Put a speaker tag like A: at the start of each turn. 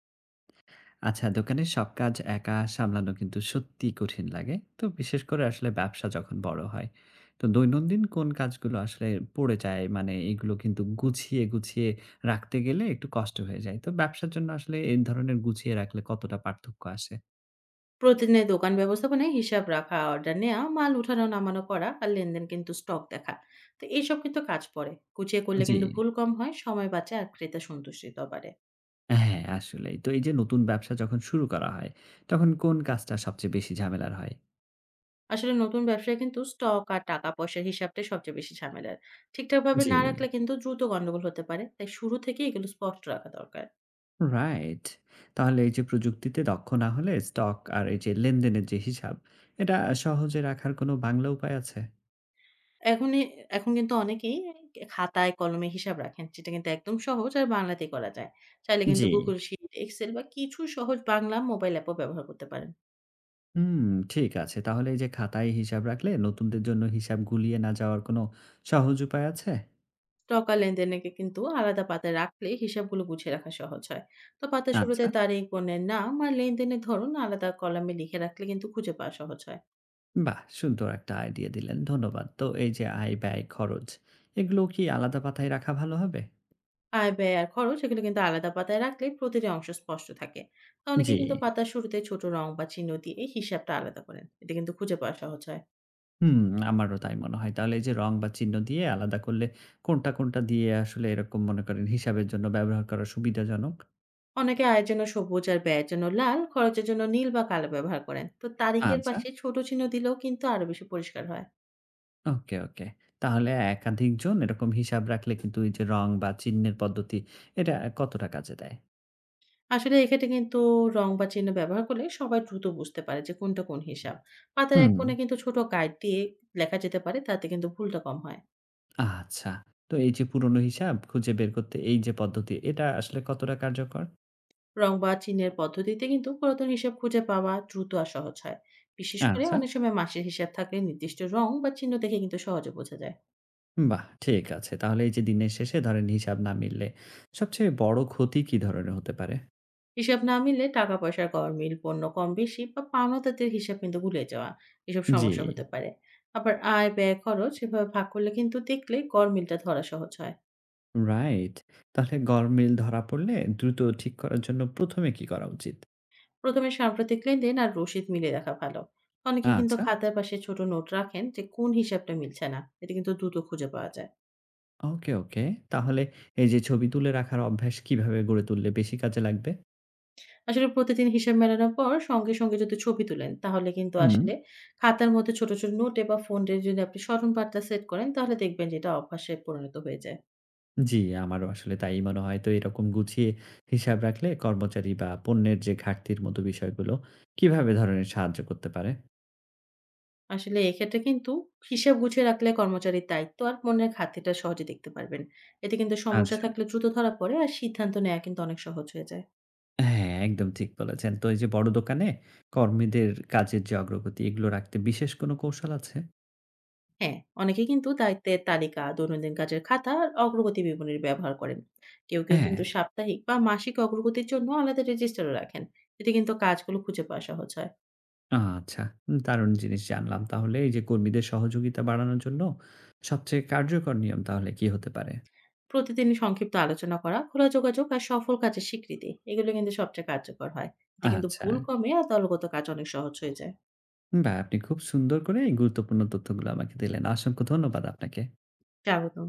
A: আচ্ছা, দোকানের সব কাজ একা সামলানো কিন্তু সত্যিই কঠিন লাগে। তো বিশেষ করে আসলে ব্যবসা যখন বড় হয়। তো দৈনন্দিন কোন কাজগুলো আসলে পড়ে যায়? মানে এগুলো কিন্তু গুছিয়ে রাখতে গেলে একটু কষ্ট হয়ে যায়। তো ব্যবসার জন্য আসলে এই ধরনের গুছিয়ে রাখলে কতটা পার্থক্য আসে?
B: প্রতিদিনের দোকান ব্যবস্থাপনায় হিসাব রাখা, অর্ডার নেওয়া, মাল উঠানো নামানো করা আর লেনদেন কিন্তু স্টক দেখা। তো এইসব কিন্তু কাজ পড়ে। গুছিয়ে করলে
A: জি।
B: কিন্তু ভুল কম হয়, সময় বাঁচে আর ক্রেতা সন্তুষ্টিটাও বাড়ে।
A: হ্যাঁ, আসলেই। তো এই যে নতুন ব্যবসা যখন শুরু করা হয়, তখন কোন কাজটা সবচেয়ে বেশি ঝামেলার হয়?
B: আসলে নতুন ব্যবসায় কিন্তু স্টক আর টাকা পয়সার হিসাবটাই সবচেয়ে বেশি ঝামেলার। ঠিকঠাকভাবে
A: জি।
B: না রাখলে কিন্তু দ্রুত গন্ডগোল হতে পারে। তাই শুরু থেকেই এগুলো স্পষ্ট রাখা দরকার।
A: রাইট। তাহলে এই যে প্রযুক্তিতে দক্ষ না হলে স্টক আর এই যে লেনদেনের যে হিসাব, এটা সহজে রাখার কোনো বাংলা উপায় আছে?
B: এখনই এখন কিন্তু অনেকেই খাতায় কলমে হিসাব রাখেন। যেটা কিন্তু একদম সহজ আর বাংলাতেই করা যায়। চাইলে কিন্তু
A: জি।
B: Google Sheet, Excel বা কিছু সহজ বাংলা মোবাইল অ্যাপও ব্যবহার করতে পারেন।
A: হুম, ঠিক আছে। তাহলে এই যে খাতায় হিসাব রাখলে নতুনদের জন্য হিসাব গুলিয়ে না যাওয়ার কোনো সহজ উপায় আছে?
B: টাকা লেনদেনকে কিন্তু আলাদা পাতায় রাখলে হিসাবগুলো গুছিয়ে রাখা সহজ হয়। তো পাতার শুরুতে
A: আচ্ছা।
B: তারিখ, পণ্যের নাম আর লেনদেনের ধরন আলাদা কলামে লিখে রাখলে কিন্তু খুঁজে পাওয়া সহজ হয়।
A: বাহ! সুন্দর একটা আইডিয়া দিলেন। ধন্যবাদ। তো এই যে আয়, ব্যয়, খরচ এগুলো কি আলাদা পাতায় রাখা ভালো হবে?
B: আয়, ব্যয় আর খরচ এগুলো কিন্তু আলাদা পাতায় রাখলে প্রতিটি অংশ স্পষ্ট থাকে। তো অনেকে
A: জি।
B: কিন্তু পাতার শুরুতে ছোট রং বা চিহ্ন দিয়ে এই হিসাবটা আলাদা করেন। এতে কিন্তু খুঁজে পাওয়া সহজ হয়।
A: হুম, আমারও তাই মনে হয়। তাহলে এই যে রং বা চিহ্ন দিয়ে আলাদা করলে কোনটা দিয়ে আসলে এরকম মনে করেন হিসাবের জন্য ব্যবহার করা সুবিধাজনক?
B: অনেকে আয়ের জন্য সবুজ আর ব্যয়ের জন্য লাল, খরচের জন্য নীল বা কালো ব্যবহার করেন। তো তারিখের
A: আচ্ছা।
B: পাশে ছোট চিহ্ন দিলেও কিন্তু আরো বেশি পরিষ্কার হয়।
A: ওকে। তাহলে একাধিকজন এরকম হিসাব রাখলে কিন্তু এই যে রং বা চিহ্নের পদ্ধতি এটা কতটা কাজে দেয়?
B: আসলে এক্ষেত্রে কিন্তু রং বা চিহ্ন ব্যবহার করলে সবাই দ্রুত বুঝতে পারে যে কোনটা কোন হিসাব। পাতার এক
A: হুম,
B: কোণে কিন্তু ছোট গাইড দিয়ে লেখা যেতে পারে, তাতে কিন্তু ভুলটা কম হয়।
A: আচ্ছা। তো এই যে পুরনো হিসাব খুঁজে বের করতে এই যে পদ্ধতি এটা আসলে কতটা কার্যকর?
B: রং বা চিহ্নের পদ্ধতিতে কিন্তু পুরাতন হিসাব খুঁজে পাওয়া দ্রুত আর সহজ হয়। বিশেষ করে
A: আচ্ছা,
B: অনেক সময় মাসের হিসাব থাকলে নির্দিষ্ট রং বা চিহ্ন দেখে কিন্তু সহজে বোঝা যায়।
A: বাহ! ঠিক আছে। তাহলে এই যে দিনের শেষে ধরেন হিসাব না মিললে সবচেয়ে বড় ক্ষতি কি ধরনের হতে পারে?
B: হিসাব না মিললে টাকা পয়সার গরমিল, পণ্য কম বেশি বা পাওনাদারদের হিসাব কিন্তু ভুলে যাওয়া, এসব
A: জি।
B: সমস্যা হতে পারে। আবার আয়, ব্যয়, খরচ এভাবে ভাগ করলে কিন্তু দেখলে গরমিলটা ধরা সহজ হয়।
A: রাইট। তাহলে গরমিল ধরা পড়লে দ্রুত ঠিক করার জন্য ১ম এ কি করা উচিত?
B: প্রথমে সাম্প্রতিক লেনদেন আর রসিদ মিলিয়ে দেখা ভালো। অনেকে কিন্তু
A: আচ্ছা।
B: খাতার পাশে ছোট নোট রাখেন যে কোন হিসাবটা মিলছে না, এটা কিন্তু দ্রুত খুঁজে পাওয়া যায়।
A: ওকে। তাহলে এই যে ছবি তুলে রাখার অভ্যাস কিভাবে গড়ে তুললে বেশি কাজে লাগবে?
B: আসলে প্রতিদিন হিসাব মেলানোর পর সঙ্গে সঙ্গে যদি ছবি তুলেন তাহলে কিন্তু
A: হুম।
B: আসলে খাতার মধ্যে ছোট ছোট নোটে বা ফোনে যদি আপনি স্মরণ বার্তা সেট করেন তাহলে দেখবেন যে এটা অভ্যাসে পরিণত হয়ে যায়।
A: জি, আমারও আসলে তাই মনে হয়। তো এরকম গুছিয়ে হিসাব রাখলে কর্মচারী বা পণ্যের যে ঘাটতির মতো বিষয়গুলো কিভাবে ধরনের সাহায্য করতে পারে?
B: আসলে এক্ষেত্রে কিন্তু হিসাব গুছিয়ে রাখলে কর্মচারীর দায়িত্ব আর পণ্যের খাতিরটা সহজে দেখতে পারবেন। এতে কিন্তু সমস্যা
A: আচ্ছা।
B: থাকলে দ্রুত ধরা পড়ে আর সিদ্ধান্ত নেওয়া কিন্তু অনেক সহজ হয়ে যায়।
A: হ্যাঁ, একদম ঠিক বলেছেন। তো এই যে বড় দোকানে কর্মীদের কাজের যে অগ্রগতি এগুলো রাখতে বিশেষ কোনো কৌশল আছে?
B: হ্যাঁ, অনেকে কিন্তু দায়িত্বের তালিকা, দৈনন্দিন কাজের খাতা আর অগ্রগতি বিবরণী ব্যবহার করেন। কেউ
A: হ্যাঁ।
B: কিন্তু সাপ্তাহিক বা মাসিক অগ্রগতির জন্য আলাদা রেজিস্টারও রাখেন। এতে কিন্তু কাজগুলো খুঁজে পাওয়া সহজ হয়।
A: আচ্ছা, দারুণ জিনিস জানলাম। তাহলে এই যে কর্মীদের সহযোগিতা বাড়ানোর জন্য সবচেয়ে কার্যকর নিয়ম তাহলে কি হতে পারে?
B: প্রতিদিন সংক্ষিপ্ত আলোচনা করা, খোলা যোগাযোগ আর সফল কাজের স্বীকৃতি এগুলো কিন্তু সবচেয়ে কার্যকর হয়। এতে কিন্তু
A: আচ্ছা।
B: ভুল কমে আর দলগত কাজ অনেক সহজ হয়ে যায়।
A: বাহ! আপনি খুব সুন্দর করে এই গুরুত্বপূর্ণ তথ্যগুলো আমাকে দিলেন। অসংখ্য ধন্যবাদ আপনাকে।
B: স্বাগতম।